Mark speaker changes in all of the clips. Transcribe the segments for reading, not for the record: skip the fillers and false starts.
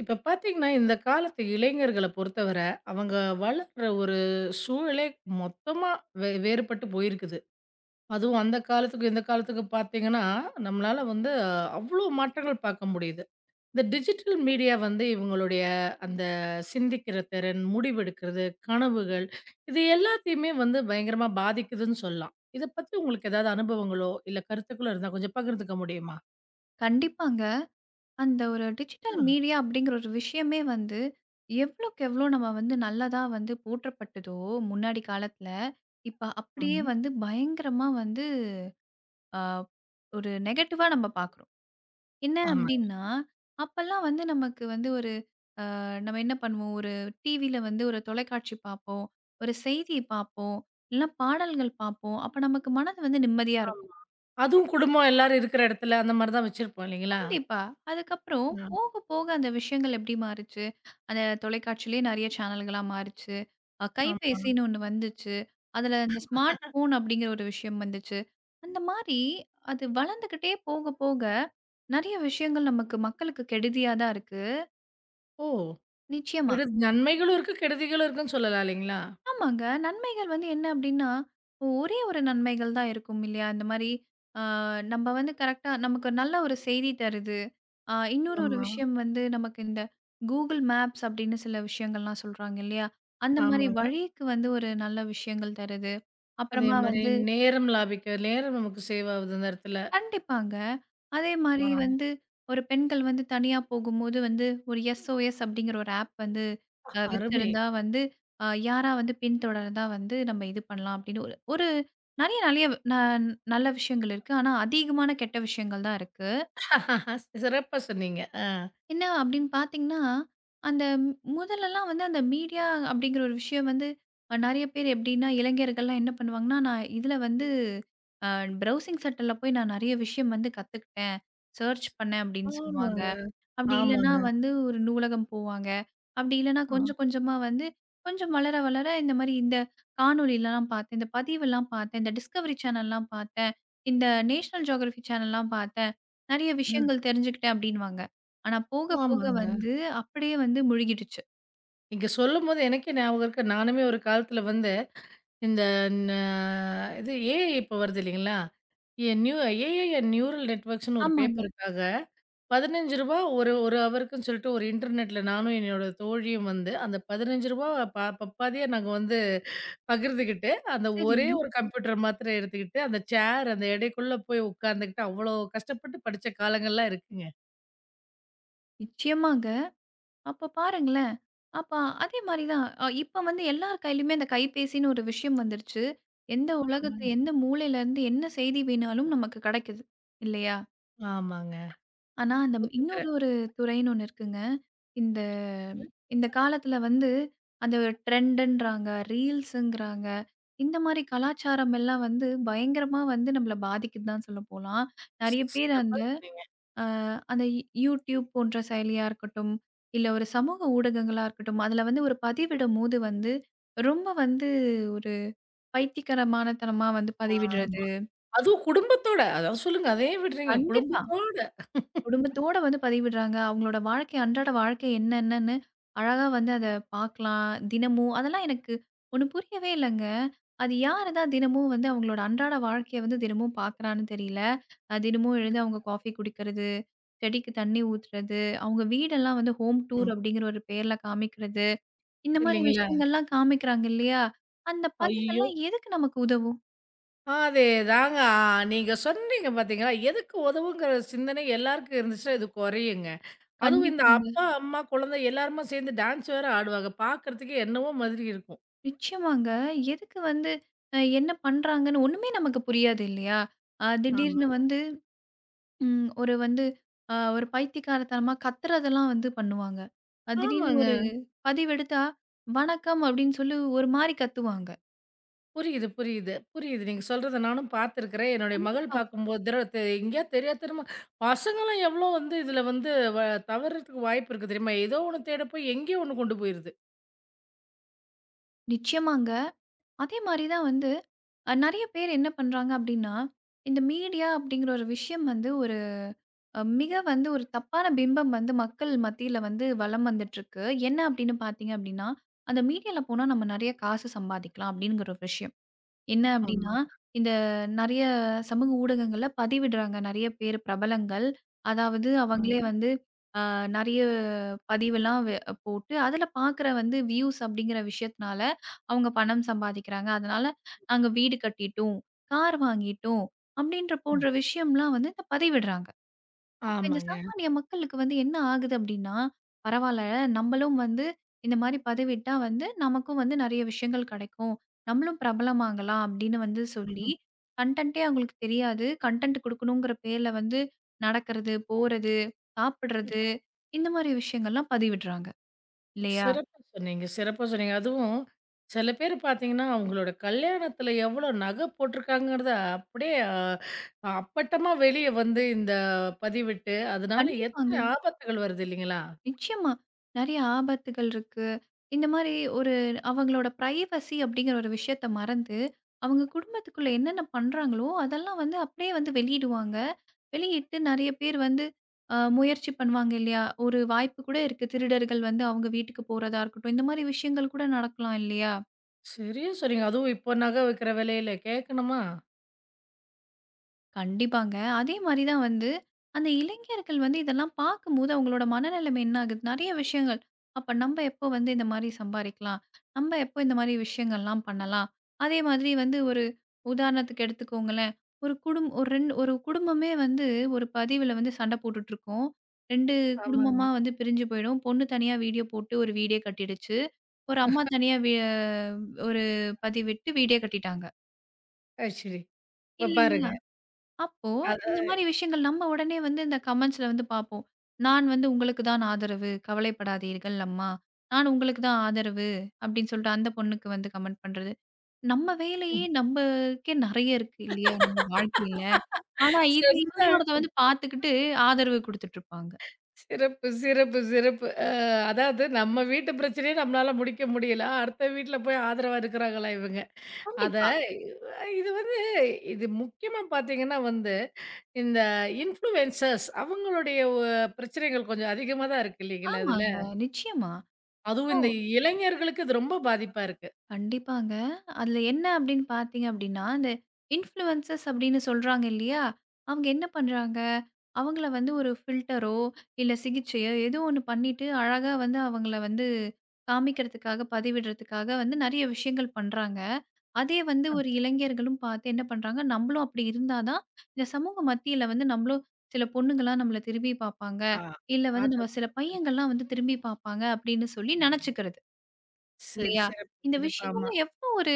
Speaker 1: இப்ப பார்த்தீங்கன்னா, இந்த காலத்து இளைஞர்கள பொறுத்தவர, அவங்க வளர்ற ஒரு சூழலே மொத்தமா வேறுபட்டு போயிருக்குது. அதுவும் அந்த காலத்துக்கும், இந்த காலத்துக்கும் பார்த்தீங்கன்னா, நம்மளால வந்து அவ்ளோ மாற்றங்கள் பார்க்க முடியுது. இந்த டிஜிட்டல் மீடியா வந்து இவங்களுடைய அந்த சிந்திக்கிற திறன், முடிவெடுக்கிறது, கனவுகள் இது எல்லாத்தையுமே வந்து பயங்கரமா பாதிக்குதுன்னு சொல்லலாம். இத பத்தி உங்களுக்கு ஏதாவது அனுபவங்களோ, இல்ல கருத்துக்களோ இருந்தா கொஞ்சம் பகிர்ந்துக்க முடியுமா?
Speaker 2: கண்டிப்பாங்க. அந்த ஒரு டிஜிட்டல்
Speaker 1: ஆ.
Speaker 2: மீடியா அப்படிங்கிற ஒரு விஷயமே வந்து, எவ்வளோக்கு எவ்வளோ நம்ம வந்து நல்லதா வந்து போற்றப்பட்டதோ முன்னாடி காலத்துல, இப்ப அப்படியே
Speaker 1: ஆமாங்க.
Speaker 2: வந்து பயங்கரமா வந்து அ ஒரு நெகட்டிவா நம்ம பார்க்குறோம். என்ன
Speaker 1: ஆமா.
Speaker 2: அப்படின்னா, அப்பல்லாம் வந்து நமக்கு வந்து ஒரு நம்ம என்ன பண்ணுவோம், ஒரு டிவில வந்து ஒரு தொலைக்காட்சி பார்ப்போம், ஒரு செய்தி பார்ப்போம், இல்ல பாடல்கள் பார்ப்போம். அப்ப நமக்கு மனது வந்து நிம்மதியா இருக்கும்.
Speaker 1: அதுவும் குடும்பம் எல்லாரும் இருக்கிற இடத்துல அந்த மாரி தான் வச்சிருப்போம் இல்லைங்களா?
Speaker 2: கண்டிப்பா. அதுக்கப்புறம்
Speaker 1: ஆ.
Speaker 2: போக, போக அந்த விஷயங்கள் எப்படி மாறுச்சு? அந்த தொலைக்காட்சியிலேயே நெறைய சேனல்களா மாறுச்சு.
Speaker 1: ஆமா.
Speaker 2: கைபேசின்னு ஒண்ணு வந்துச்சு. அதுல இந்த ஸ்மார்ட் ஃபோன் அப்படிங்கிற ஒரு விஷயம் வந்துச்சு. அந்த மாரி அது வளர்ந்துகிட்டே போக, போக நெறைய விஷயங்கள் நமக்கு மக்களுக்கு கெடுதியா தான் இருக்கு.
Speaker 1: ஓ!
Speaker 2: நிச்சயமா.
Speaker 1: கெடு நன்மைகளும் இருக்கு, கெடுதிகளும் இருக்குன்னு சொல்லலாம் இல்லைங்களா?
Speaker 2: ஆமாங்க. நன்மைகள் வந்து என்ன அப்டின்னா, ஒரே ஒரு நன்மைகள் தான் இருக்கும் இல்லையா? இந்த மாரி அ நம்ம வந்து கரெக்ட்டா நமக்கு நல்ல ஒரு செய்தி தருது. இன்னொரு
Speaker 1: ஆமா.
Speaker 2: விஷயம் வந்து நமக்கு இந்த Google மேப்ஸ் அப்டின்னு சில விஷயங்கள்லாம் சொல்றாங்க இல்லையா? அந்த மாரி
Speaker 1: ஆமாங்க.
Speaker 2: வழிக்கு வந்து ஒரு நல்ல விஷயங்கள் தருது.
Speaker 1: அதே
Speaker 2: அப்புறமா
Speaker 1: மாரி
Speaker 2: வந்து
Speaker 1: நேரம் லாபிக்க நேரம் நமக்கு சேவ் ஆகுது அந்த இடத்துல.
Speaker 2: கண்டிப்பாங்க. அதே மாரி
Speaker 1: ஆ.
Speaker 2: வந்து ஒரு பெண்கள் வந்து தனியா போகும்போது வந்து ஒரு எஸ்ஓஎஸ் அப்படிங்கிற ஒரு ஆப் வந்து
Speaker 1: அருமை.
Speaker 2: வச்சிருந்தா வந்து யாரா வந்து பின்தொடர்ந்தா வந்து நம்ம இது பண்ணலாம் அப்படின்னு ஒரு ஒரு நெறைய நெறைய ந நல்ல விஷயங்கள் இருக்கு. ஆனா அதிகமான கெட்ட விஷயங்கள் தான் இருக்கு.
Speaker 1: சிறப்பா சொன்னீங்க. ஆ.
Speaker 2: என்ன அப்படின்னு பார்த்தீங்கன்னா, அந்த முதல்லலாம் வந்து அந்த மீடியா அப்படிங்கிற ஒரு விஷயம் வந்து நெறைய பேர் எப்படின்னா, இளைஞர்கள்லாம் என்ன பண்ணுவாங்கன்னா, நான் இதில வந்து அ ப்ரௌசிங் சென்டர்ல போய் நான் நெறைய விஷயம் வந்து கத்துக்கிட்டேன். சர்ச் பண்ணேன் அப்படின்னு சொல்லுவாங்க.
Speaker 1: ஆமாங்க.
Speaker 2: அப்படி இல்லன்னா
Speaker 1: ஆமாங்க.
Speaker 2: வந்து ஒரு நூலகம் போவாங்க. அப்படி இல்லன்னா
Speaker 1: ஆ.
Speaker 2: கொஞ்சம் கொஞ்சமா வந்து கொஞ்சம் வளர வளர இந்த மாரி இந்த காணொளிலாம் பார்த்தேன். இந்த பதிவெல்லாம் பார்த்தேன். இந்த டிஸ்கவரி சேனல்லாம் பார்த்தேன். இந்த நேஷனல் ஜியோகிராஃபி சேனல்லாம் பார்த்தேன். நெறைய விஷயங்கள் தெரிஞ்சுக்கிட்டேன் அப்படின்னுவாங்க. ஆனா போக போக
Speaker 1: ஆமாங்க.
Speaker 2: வந்து அப்படியே வந்து முழுகிடுச்சு.
Speaker 1: நீங்க சொல்லும்போது எனக்கே ஞாபகம் இருக்கு. நானுமே ஒரு காலத்துல வந்து இந்த ந இது ஏஐ இப்ப வருது இல்லைங்களா? நியூ ஏஐ அண்ட் நியூரல் நெட்வொர்க்ஸ்ன்னு ஒரு
Speaker 2: ஆமாங்க.
Speaker 1: பேப்பருக்காக ரூ. 15 ஒரு 1 ஹவருக்குன்னு சொல்லிட்டு ஒரு இன்டர்நெட்ல நானும் என்னோட தோழியும் வந்து, அந்த ரூ. 15 பப்பாதியா நாங்க வந்து பகிர்ந்துக்கிட்டு, அந்த
Speaker 2: சரி
Speaker 1: ஒரே ஒரு கம்ப்யூட்டர் மாத்திரம் எடுத்துக்கிட்டு, அந்த சேர் அந்த எடைக்குள்ள போய் உட்கார்ந்துக்கிட்டு, அவ்வளோ கஷ்டப்பட்டு படிச்ச காலங்கள்லாம் இருக்குங்க.
Speaker 2: நிச்சயமாங்க. அப்ப பாருங்களேன். அப்ப அதே மாரி தான். இப்ப வந்து எல்லார் கையிலயுமே அந்த கைபேசின்னு ஒரு விஷயம் வந்துருச்சு. எந்த உலகத்து
Speaker 1: ஆமாங்க.
Speaker 2: எந்த மூலையிலருந்து என்ன செய்தி வேணாலும் நமக்கு கிடைக்குது. இல்லையா?
Speaker 1: ஆமாங்க.
Speaker 2: ஆனா, அந்த இன்னொரு
Speaker 1: ஒத்துக்கிறேன்.
Speaker 2: துறைன்னு ஒண்ணு இருக்குங்க. இந்த இந்த காலத்துல வந்து அந்த ட்ரெண்டுன்றாங்க, ரீல்ஸுங்கிறாங்க. இந்த மாரி கலாச்சாரம் எல்லாம் வந்து பயங்கரமா வந்து நம்மள பாதிக்குதுன்னு தான் சொல்லப்போலாம். நெறைய பேர்
Speaker 1: சிறப்பா
Speaker 2: அந்த
Speaker 1: சொன்னீங்க.
Speaker 2: அ அந்த யூடியூப் போன்ற செயலியா இருக்கட்டும், இல்ல ஒரு சமூக ஊடகங்களா இருக்கட்டும், அதுல வந்து ஒரு பதிவிடும்போது வந்து ரொம்ப வந்து ஒரு பைத்தியக்காரமானத்தனமா வந்து
Speaker 1: ஆமா.
Speaker 2: பதிவிடுறது.
Speaker 1: அதுவும் குடும்பத்தோட. அதாவது சொல்லுங்க. அதையும் விடுறீங்க.
Speaker 2: கண்டிப்பா.
Speaker 1: குடும்பத்தோட.
Speaker 2: குடும்பத்தோட வந்து பதிவிடுறாங்க. அவங்களோட வாழ்க்கை அன்றாட வாழ்க்கை என்னென்னன்னு அழகா வந்து அத பார்க்கலாம். தினமும் அதெல்லாம் எனக்கு ஒண்ணு புரியவே இல்லங்க. அது யாரு தான் தினமும் வந்து அவங்களோட அன்றாட வாழ்க்கைய வந்து தினமும் பார்க்குறான்னு தெரியல. தினமும் எழுந்து அவங்க காஃபி குடிக்கிறது, செடிக்கு தண்ணி ஊத்துறது, அவங்க வீடெல்லாம் வந்து ஹோம் டூர்
Speaker 1: ம்.
Speaker 2: அப்படிங்கிற ஒரு பேர்ல காமிக்கிறது. இந்த மாரி
Speaker 1: இல்லைங்களா?
Speaker 2: விஷயங்கள்லாம் காமிக்கிறாங்க இல்லையா? அந்த
Speaker 1: ஐயோ!
Speaker 2: பதிவெல்லாம் எதுக்கு நமக்கு உதவும்?
Speaker 1: அதேதாங்க. ஆ. நீங்க சொன்னீங்க பார்த்தீங்களா, எதுக்கு உதவுங்கிற சிந்தனை எல்லாருக்கும் இருந்துச்சுன்னா இது குறையுங்க. அதுவும் இந்த
Speaker 2: கண்டிப்பாங்க.
Speaker 1: அப்பா, அம்மா, குழந்தை எல்லாருமா சேர்ந்து டான்ஸ் வேற ஆடுவாங்க. பார்க்கறதுக்கே என்னவோ மாதிரி இருக்கும்.
Speaker 2: நிச்சயமாங்க. எதுக்கு வந்து என்ன பண்றாங்கன்னு ஒண்ணுமே நமக்கு புரியாது இல்லையா? திடீர்னு
Speaker 1: ஆமாங்க.
Speaker 2: வந்து ஒரு வந்து ஒரு பைத்தியக்காரத்தனமா கத்துறதெல்லாம் வந்து பண்ணுவாங்க. திடீர்னு
Speaker 1: ஆமாங்க.
Speaker 2: ஒரு பதிவெடுத்தா, "வணக்கம்" அப்படின்னு சொல்லி ஒரு மாரி கத்துவாங்க.
Speaker 1: புரியுது, புரியுது, புரியுது. நீங்க சொல்றத நானும் பார்த்துருக்கிறேன். என்னுடைய மகள்
Speaker 2: கண்டிப்பா.
Speaker 1: பார்க்கும்போது தடவ தெ எங்கேயாவது தெரியாத்தனமா பசங்கலாம் எவ்வளோ வந்து இதில வந்து வ தவறதுக்கு வாய்ப்பு இருக்கு தெரியுமா? ஏதோ ஒண்ணு தேட போய் எங்கேயோ ஒண்ணு கொண்டு போயிருது.
Speaker 2: நிச்சயமாங்க. அதே மாரி தான் வந்து நெறைய பேர் என்ன பண்றாங்க அப்படின்னா, இந்த மீடியா அப்படிங்கிற ஒரு விஷயம் வந்து மிக வந்து ஒரு தப்பான பிம்பம் வந்து மக்கள் மத்தியில வந்து வலம் வந்துட்டுருக்கு. என்ன அப்படின்னு பார்த்தீங்க அப்படின்னா, அந்த மீடியால போனா நம்ம நெறைய காசு சம்பாதிக்கலாம் அப்படிங்கிற ஒரு விஷயம். என்ன அப்படின்னா,
Speaker 1: ஆமாங்க,
Speaker 2: இந்த நெறைய சமூக ஊடகங்கள்ல பதிவிடுறாங்க நெறைய பேர் பிரபலங்கள். அதாவது அவங்களே
Speaker 1: ஆமாங்க.
Speaker 2: வந்து அ நெறைய பதிவெல்லாம் போட்டு அதில பார்க்குற வந்து வியூஸ் அப்படிங்கிற விஷயத்தினால அவங்க பணம் சம்பாதிக்கிறாங்க. அதனால நாங்க வீடு கட்டிட்டோம், கார் வாங்கிட்டோம் அப்படின்ற போன்ற விஷயம்லாம் வந்து இந்த பதிவிடுறாங்க. அப்ப இந்த
Speaker 1: ஆமாங்க.
Speaker 2: சாமானிய மக்களுக்கு வந்து என்ன ஆகுது அப்படின்னா, பரவால்ல நம்மளும் வந்து இந்த மாரி பதவியிட்டா வந்து நமக்கும் வந்து நெறைய விஷயங்கள் கெடைக்கும். நம்மளும் பிரபலமாகலாம் அப்படின்னு வந்து சொல்லி, கன்டென்ட்டே அவங்களுக்கு தெரியாது. கன்டென்ட் குடுக்கணுங்கிற பேர்ல வந்து நடக்கிறது, போறது, சாப்பிடுறது இந்த மாரி விஷயங்கள்லாம் பதிவிடுறாங்க. இல்லையா?
Speaker 1: சிறப்பா சொன்னீங்க, சிறப்பா சொன்னீங்க. அதுவும் சில பேர் பார்த்தீங்கன்னா, அவங்களோட கல்யாணத்தில எவ்வளோ நகை போட்டிருக்காங்கிறத அப்படியே அப்பட்டமா வெளிய வந்து இந்த பதிவிட்டு, அதனால எத்தனை
Speaker 2: கண்டிப்பாங்க.
Speaker 1: ஆபத்துகள் வருது இல்லைங்களா?
Speaker 2: நிச்சயமா. நெறைய ஆபத்துகள் இருக்கு. இந்த மாரி ஒரு அவங்களோட பிரைவசி அப்படிங்கிற ஒரு விஷயத்த மறந்து, அவங்க குடும்பத்துக்குள்ள என்னென்ன பண்றாங்களோ, அதெல்லாம் வந்து அப்படியே வந்து வெளியிடுவாங்க. வெளியிட்டு நெறைய பேர் வந்து முயற்சி பண்ணுவாங்க இல்லையா? ஒரு வாய்ப்பு கூட இருக்கு. திருடர்கள் வந்து அவங்க வீட்டுக்கு போறதா இருக்கட்டும். இந்த மாரி விஷயங்கள் கூட நடக்கலாம் இல்லையா?
Speaker 1: சரியா சொன்னீங்க. அதுவும் இப்போ நகை விக்கிற விலையில கேட்கணுமா?
Speaker 2: கண்டிப்பாங்க. அதே மாரி தான் வந்து, அந்த இளைஞர்கள் வந்து இதெல்லாம் பார்க்கும்போது அவங்களோட மனநிலைமை என்ன ஆகுது? நெறைய விஷயங்கள். அப்ப நம்ப எப்போ வந்து இந்த மாரி சம்பாரிக்கலாம்? நம்ப எப்போ இந்த மாரி விஷயங்கள்லாம் பண்ணலாம்? அதே மாதிரி வந்து ஒரு உதாரணத்துக்கு எடுத்துக்கோங்களேன். ஒரு 2 ஒரு குடும்பமே வந்து ஒரு பதிவுல வந்து சண்ட போட்டுட்டுருக்கும். 2
Speaker 1: ஆமாங்க.
Speaker 2: குடும்பமா வந்து பிரிஞ்சு போயிடும். பொண்ணு தனியா வீடியோ போட்டு ஒரு வீடே கட்டிடுச்சு. ஒரு அம்மா தனியா வி ஒரு பதிவிட்டு வீடே கட்டிட்டாங்க.
Speaker 1: அது சரி. இப்ப
Speaker 2: இல்லைங்களா?
Speaker 1: பாருங்க.
Speaker 2: அப்போ,
Speaker 1: அது
Speaker 2: இந்த மாரி விஷயங்கள் நம்ம உடனே வந்து இந்த கமெண்ட்ஸ்ல வந்து பார்ப்போம். "நான் வந்து உங்களுக்கு தான் ஆதரவு. கவலைப்படாதீர்கள் அம்மா. நான் உங்களுக்கு தான் ஆதரவு." அப்படின்னு சொல்லிட்டு அந்த பொண்ணுக்கு வந்து கமெண்ட் பண்றது. நம்ம வேலையே நம்மக்கே நெறைய இருக்கு இல்லையா? நம்ம வாழ்க்கையில. ஆனா இது
Speaker 1: சொந்த
Speaker 2: இவங்களோடத வந்து பார்த்துக்கிட்டு ஆதரவு குடுத்துட்டு இருப்பாங்க.
Speaker 1: சிறப்பு, சிறப்பு, சிறப்பு. அதாவது நம்ம வீட்டு பிரச்சனைய நம்மளால முடிக்க முடியல. அடுத்த வீட்ல போய் ஆதரவா இருக்கிறாங்களா இவங்க? அத
Speaker 2: கண்டிப்பா.
Speaker 1: இது வந்து இது முக்கியமா பார்த்தீங்கன்னா வந்து, இந்த இன்ஃப்ளூயன்சர்ஸ் அவங்களுடைய பிரச்சனைகள் கொஞ்சம் அதிகமா தான் இருக்கு இல்லைங்களா இதுல?
Speaker 2: ஆமாங்க. நிச்சயமா.
Speaker 1: அதுவும்
Speaker 2: அப்போ
Speaker 1: இந்த இளைஞர்களுக்கு இது ரொம்ப பாதிப்பா இருக்கு.
Speaker 2: கண்டிப்பாங்க. அதுல என்ன அப்படின்னு பார்த்தீங்க அப்படின்னா, இந்த இன்ஃப்ளூயன்சர்ஸ் அப்படின்னு சொல்றாங்க இல்லையா? அவங்க என்ன பண்றாங்க? அவங்கள வந்து ஒரு ஃபில்டரோ, இல்ல சிகிச்சையோ ஏதோ ஒண்ணு பண்ணிட்டு அழகா வந்து அவங்கள வந்து காமிக்கிறதுக்காக, பதிவிடுறதுக்காக வந்து நெறைய விஷயங்கள் பண்றாங்க. அதே வந்து ஒரு இளைஞர்களும் பார்த்து என்ன பண்றாங்க, நம்மளும் அப்படி இருந்தா தான் இந்த சமூக மத்தியில வந்து நம்மளும் சில பொண்ணுங்கலாம் நம்மள திரும்பி பார்ப்பாங்க.
Speaker 1: ஆ.
Speaker 2: இல்ல வந்து
Speaker 1: அத
Speaker 2: நம்ம சில
Speaker 1: சொல்லு.
Speaker 2: பையங்கள்லாம் வந்து திரும்பி பார்ப்பாங்க அப்படின்னு சொல்லி நெனச்சுக்கிறது.
Speaker 1: சரி,
Speaker 2: இல்லையா?
Speaker 1: சிறப்பு,
Speaker 2: இந்த
Speaker 1: சிறப்பு. ஆமா.
Speaker 2: விஷயங்கள்லாம் எவ்ளோ ஒரு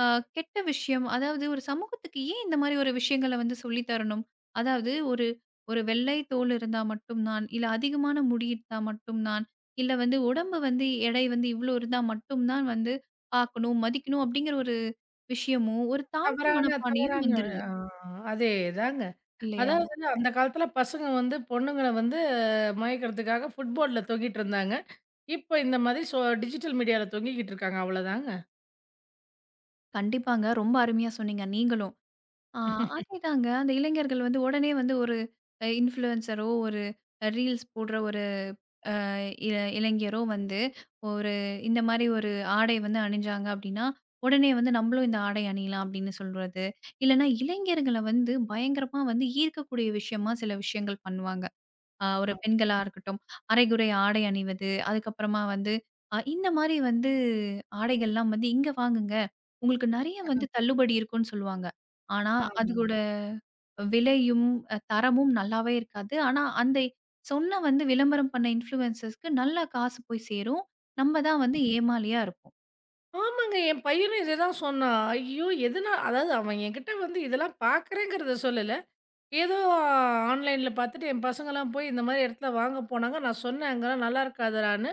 Speaker 2: அ கெட்ட விஷயம். அதாவது ஒரு சமூகத்துக்கு ஏன் இந்த மாரி ஒரு விஷயங்கள வந்து சொல்லி தரணும்? அதாவது ஒரு ஒரு வெள்ளை தோல் இருந்தா மட்டும் தான், இல்ல அதிகமான முடி இருந்தா மட்டும் தான், இல்ல வந்து உடம்பு வந்து எடை வந்து இவ்ளோ இருந்தா மட்டும் தான் வந்து பார்க்கணும், மதிக்கணும் அப்படிங்கிற ஒரு விஷயமும், ஒரு தாழ்வு
Speaker 1: தவறான
Speaker 2: மனப்பானையும்
Speaker 1: தவறான
Speaker 2: வந்துருது.
Speaker 1: ஆ அதேதாங்க.
Speaker 2: இல்லையா?
Speaker 1: அதாவது அந்த காலத்துல பசங்க வந்து பொண்ணுங்கள வந்து மயக்கிறதுக்காக ஃபுட்போர்டுல தொங்கிட்டு இருந்தாங்க. இப்போ இந்த மாதிரி டிஜிட்டல் மீடியால தொங்கிக்கிட்டு இருக்காங்க அவ்வளோதாங்க.
Speaker 2: கண்டிப்பாங்க. ரொம்ப அருமையா சொன்னீங்க நீங்களும். ஆ அதேதாங்க. அந்த இளைஞர்கள் வந்து உடனே வந்து ஒரு இன்ஃப்ளூயன்சரோ, ஒரு ரீல்ஸ் போடுற ஒரு இ இளைஞரோ வந்து ஒரு இந்த மாரி ஒரு ஆடை வந்து அணிஞ்சாங்க அப்டின்னா, உடனே வந்து நம்மளும் இந்த ஆடை அணியலாம் அப்டின்னு சொல்றது. இல்லன்னா இளைஞர்கள வந்து பயங்கரமா வந்து ஈர்க்கக்கூடிய விஷயமா சில விஷயங்கள் பண்ணுவாங்க. ஒரு பெண்களா இருக்கட்டும், அரைகுறை ஆடை அணிவது, அதுக்கப்புறமா வந்து இந்த மாரி வந்து ஆடைகள்லாம் வந்து இங்க வாங்குங்க. உங்களுக்கு நெறைய வந்து தள்ளுபடி இருக்கும்னு சொல்லுவாங்க. ஆனா,
Speaker 1: ஆமா.
Speaker 2: அதோட விலையும், தரமும் நல்லாவே இருக்காது. ஆனா, அந்த சொன்ன வந்து விளம்பரம் பண்ண இன்ஃப்ளூயன்சர்ஸ்க்கு நல்லா காசு போய் சேரும். நம்ம தான் வந்து ஏமாளியா இருப்போம்.
Speaker 1: ஆமாங்க. என் பையனும் இதேதான் சொன்னான். ஐயோ! எதுனா அதாவது அவன் என்கிட்ட வந்து இதெல்லாம் பார்க்குறேங்கிறத சொல்லல. ஏதோ ஆன்லைன்ல பார்த்துட்டு என் பசங்கலாம் போய் இந்த மாரி இடத்துல வாங்க போனாங்க. நான் சொன்னேன் அங்கலாம் நல்லா இருக்காதுடான்னு.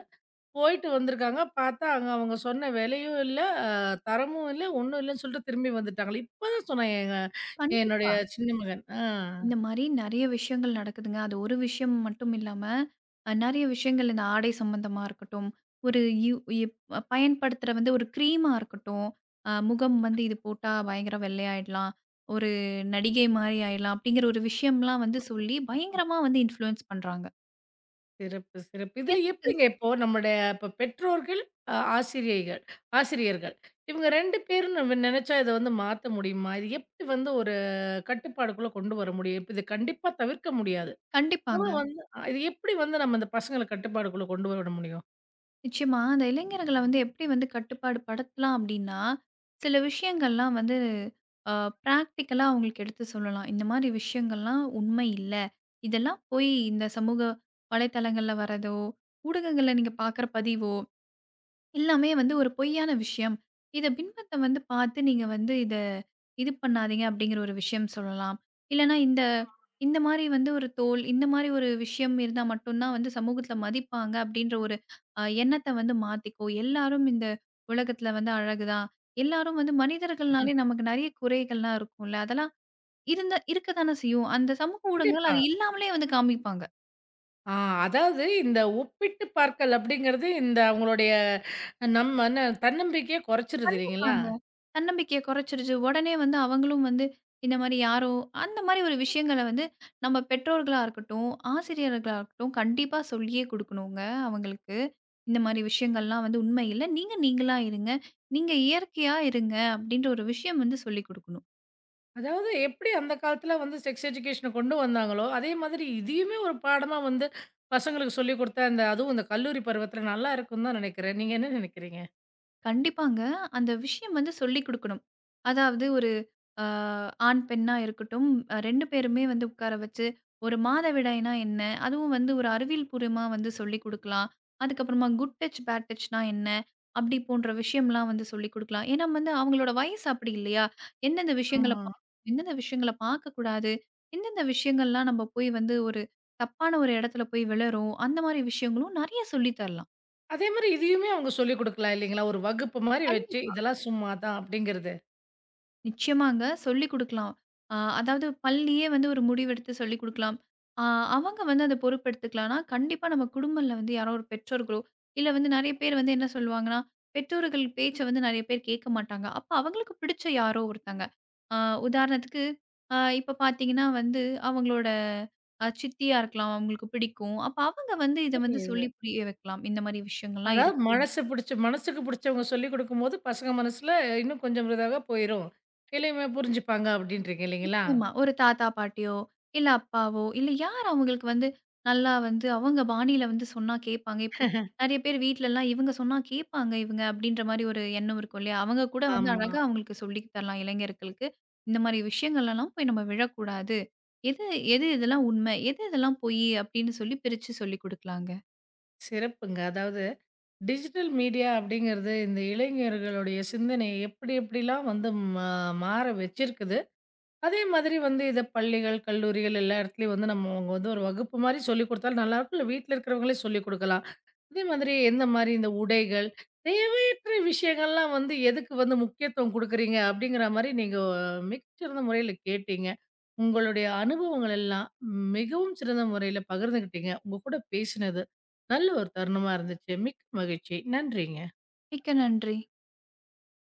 Speaker 1: போயிட்டு வந்திருக்காங்க. பார்த்தா அங்க அவங்க சொன்ன விலையும் இல்ல, அ தரமும் இல்ல, ஒண்ணும் இல்லன்னு சொல்லிட்டு திரும்பி வந்துட்டாங்களே! இப்ப தான் சொன்னான் எங்க
Speaker 2: கண்டிப்பா.
Speaker 1: என்னுடைய சின்ன மகன். ஆ.
Speaker 2: இந்த மாரி நெறைய விஷயங்கள் நடக்குதுங்க. அது ஒரு விஷயம் மட்டும் இல்லாம, நெறைய விஷயங்கள் இந்த ஆடை சம்மந்தமா இருக்கட்டும், ஒரு யு இப் பயன்படுத்துற வந்து ஒரு கிரீமா இருக்கட்டும், முகம் வந்து இது போட்டா பயங்கர வெள்ளையாயிடலாம். ஒரு நடிகை மாரி ஆயிடலாம். அப்படிங்கிற ஒரு விஷயம்லாம் வந்து சொல்லி பயங்கரமா வந்து இன்ஃப்ளூயன்ஸ் பண்றாங்க.
Speaker 1: சிறப்பு, சிறப்பு. இதில
Speaker 2: எது
Speaker 1: எப்படிங்க இப்போ நம்முடைய இப்ப பெற்றோர்கள், அ ஆசிரியைகள் ஆசிரியர்கள். இவங்க 2 பேரும் நம்ம நெனச்சா இத வந்து மாத்த முடியுமா? இது எப்படி வந்து ஒரு கட்டுப்பாடுக்குள்ள கொண்டு வர முடியும்? இப்ப இத கண்டிப்பா தவிர்க்க முடியாது. ஆனா
Speaker 2: கண்டிப்பாங்க.
Speaker 1: வந்து இது எப்படி வந்து நம்ம இந்த பசங்கள கட்டுப்பாடுக்குள்ள கொண்டு வர முடியும்?
Speaker 2: நிச்சயமா. அந்த இளைஞர்கள வந்து எப்படி வந்து கட்டுப்பாடு படுத்தலாம் அப்படின்னா, சில விஷயங்கள்லாம் வந்து அ பிராக்டிகலா அவங்களுக்கு எடுத்து சொல்லலாம். இந்த மாரி விஷயங்கள்லாம் உண்மை இல்ல. இதெல்லாம் போய் இந்த சமூக வலைத்தளங்கள்ல வரதோ, ஊடகங்கள்ல நீங்க பார்க்குற பதிவோ எல்லாமே வந்து ஒரு பொய்யான விஷயம். இத பின்பத்த வந்து பார்த்து நீங்க வந்து இது பண்ணாதீங்க அப்படிங்கிற ஒரு விஷயம் சொல்லலாம். இல்லன்னா இந்த இந்த மாரி வந்து ஒரு தோல், இந்த மாரி ஒரு விஷயம் இருந்தா மட்டும் தான் வந்து சமூகத்துல மதிப்பாங்க அப்படின்ற ஒரு எண்ணத்த வந்து மாத்திக்கோ. எல்லாரும் இந்த உலகத்துல வந்து அழகுதான். எல்லாரும் வந்து மனிதர்கள்னாலே நமக்கு நெறைய குறைகள்லாம் இருக்கும்ல. அதெல்லாம் இருந்தா இருக்க தானே செய்யும். அந்த சமூக ஊடகங்கள்
Speaker 1: கண்டிப்பா.
Speaker 2: அது இல்லாமலே வந்து காமிப்பாங்க.
Speaker 1: ஆ. அதாவது இந்த ஒப்பிட்டு பார்க்கல் அப்படிங்கிறது இந்த அவங்களுடைய நம்ம என்ன தன்னம்பிக்கைய குறைச்சிருது இல்லைங்களா?
Speaker 2: கண்டிப்பாங்க. தன்னம்பிக்கைய குறைச்சிருச்சு. உடனே வந்து அவங்களும் வந்து இந்த மாரி யாரோ அந்த மாரி ஒரு விஷயங்கள வந்து நம்ம பெற்றோர்களா இருக்கட்டும், ஆசிரியர்களா இருக்கட்டும் கண்டிப்பா சொல்லியே குடுக்கணுங்க அவங்களுக்கு. இந்த மாரி விஷயங்கள்லாம் வந்து உண்மை இல்ல. நீங்க நீங்களா இருங்க. நீங்க இயற்கையா இருங்க. அப்டின்ற ஒரு விஷயம் வந்து சொல்லிக் குடுக்கணும்.
Speaker 1: அதாவது எப்படி அந்த காலத்துல வந்து செக்ஸ் எஜுகேஷன கொண்டு வந்தாங்களோ, அதே மாதிரி இதையுமே ஒரு பாடமா வந்து பசங்களுக்கு சொல்லிக் குடுத்தா, இந்த அதுவும் இந்த கல்லூரி பருவத்துல நல்லா இருக்கும்னு தான் நெனைக்கிறேன். நீங்க என்ன நெனைக்கிறீங்க?
Speaker 2: கண்டிப்பாங்க. அந்த விஷயம் வந்து சொல்லிக் குடுக்கணும். அதாவது ஒரு அ ஆண், பெண்ணா இருக்கட்டும், 2 பேருமே வந்து உட்கார வச்சு, ஒரு மாதவிடாய்னா என்ன? அதுவும் வந்து ஒரு அறிவியல் பூர்வமா வந்து சொல்லிக் குடுக்கலாம். அதுக்கப்புறமா குட் டச், பேட் டச்னா என்ன? அப்படி போன்ற விஷயம்லாம் வந்து சொல்லிக் குடுக்கலாம். ஏன்னா வந்து அவங்களோட வயசு அப்படி இல்லையா? எந்தெந்த விஷயங்கள
Speaker 1: ஆமா.
Speaker 2: பா எந்தெந்த விஷயங்கள பார்க்கக்கூடாது? எந்தெந்த விஷயங்கள்லாம் நம்ம போய் வந்து ஒரு தப்பான ஒரு இடத்துல போய் விழறோம்? அந்த மாரி விஷயங்களும் நெறைய சொல்லி தரலாம்.
Speaker 1: அதே மாரி இதையுமே அவங்க சொல்லிக் குடுக்கலாம் இல்லைங்களா? ஒரு வகுப்பு மாரி வச்சு,
Speaker 2: கண்டிப்பா
Speaker 1: இதெல்லாம் சும்மா தான் அப்படிங்கிறது.
Speaker 2: நிச்சயமாங்க. சொல்லிக் குடுக்கலாம். அதாவது பள்ளியே வந்து ஒரு முடிவெடுத்து சொல்லிக் குடுக்கலாம். அ அவங்க வந்து அத பொறுப்பெடுத்துக்கலாம்னா, கண்டிப்பா நம்ம குடும்பம்ல வந்து யாரோ ஒரு பெற்றோர்களோ, இல்ல வந்து நெறைய பேர் வந்து என்ன சொல்லுவாங்கன்னா, பெற்றோர்கள் பேச்ச வந்து நெறைய பேர் கேட்க மாட்டாங்க. அப்ப அவங்களுக்கு பிடிச்ச யாரோ ஒருத்தங்க. அ உதாரணத்துக்கு, இப்ப பார்த்தீங்கன்னா வந்து அவங்களோட சித்தியா இருக்கலாம். அவங்களுக்கு பிடிக்கும். அப்ப அவங்க வந்து இத வந்து
Speaker 1: புரியுது.
Speaker 2: சொல்லி புரிய வைக்கலாம். இந்த மாரி விஷயங்கள்லாம்
Speaker 1: அதாவது
Speaker 2: இருக்கு.
Speaker 1: மனசு புடிச்ச மனசுக்கு புடிச்சவங்க சொல்லிக் குடுக்கும்போது, பசங்க மனசுல இன்னும் கொஞ்சம் இதாக போயிரும். எளிமையா புரிஞ்சுப்பாங்க அப்படின்றீங்க இல்லைங்களா?
Speaker 2: நிச்சயமா. ஒரு தாத்தா, பாட்டியோ, இல்ல அப்பாவோ, இல்ல யார் அவங்களுக்கு வந்து நல்லா வந்து அவங்க பாணியில வந்து சொன்னா கேட்பாங்க. இப்போ நெறைய பேர் வீட்லலாம் இவங்க சொன்னா கேட்பாங்க இவங்க அப்படின்ற மாரி ஒரு எண்ணம் இருக்கும் இல்லையா? அவங்க கூட வந்து
Speaker 1: ஆமா.
Speaker 2: அழகா அவங்களுக்கு சொல்லி தரலாம் இளைஞர்களுக்கு. இந்த மாரி விஷயங்கள்லலாம் போய் நம்ம விழக்கூடாது. எது எது இதெல்லாம் உண்மை? எது இதெல்லாம் பொய்? அப்படின்னு சொல்லி பிரிச்சு சொல்லிக் குடுக்கலாங்க.
Speaker 1: சிறப்புங்க. அதாவது டிஜிட்டல் மீடியா அப்படிங்கிறது இந்த இளைஞர்களுடைய சிந்தனையை எப்படி எப்படிலாம் வந்து மா மாற வச்சிருக்குது அதே மாதிரி வந்து இத பள்ளிகள், கல்லூரிகள் எல்லா இடத்துலயும் வந்து நம்ம அவங்க வந்து ஒரு வகுப்பு மாரி சொல்லிக் குடுத்தாலும் நல்லாருக்கும். இல்ல வீட்ல இருக்கிறவங்களே சொல்லிக் குடுக்கலாம். அதே மாதிரி எந்த மாரி இந்த உடைகள், தேவையற்ற விஷயங்கள்லாம் வந்து எதுக்கு வந்து முக்கியத்துவம் குடுக்குறீங்க? அப்படிங்கிற மாரி நீங்க மிகச்சிறந்த முறையில கேட்டீங்க. உங்களுடைய அனுபவங்கள் எல்லாம் மிகவும் சிறந்த முறையில பகிர்ந்துகிட்டீங்க. உங்க கூட பேசினது நல்ல ஒரு தருணமா இருந்துச்சு. மிக்க மகிழ்ச்சி. நன்றிங்க.
Speaker 2: மிக்க நன்றி.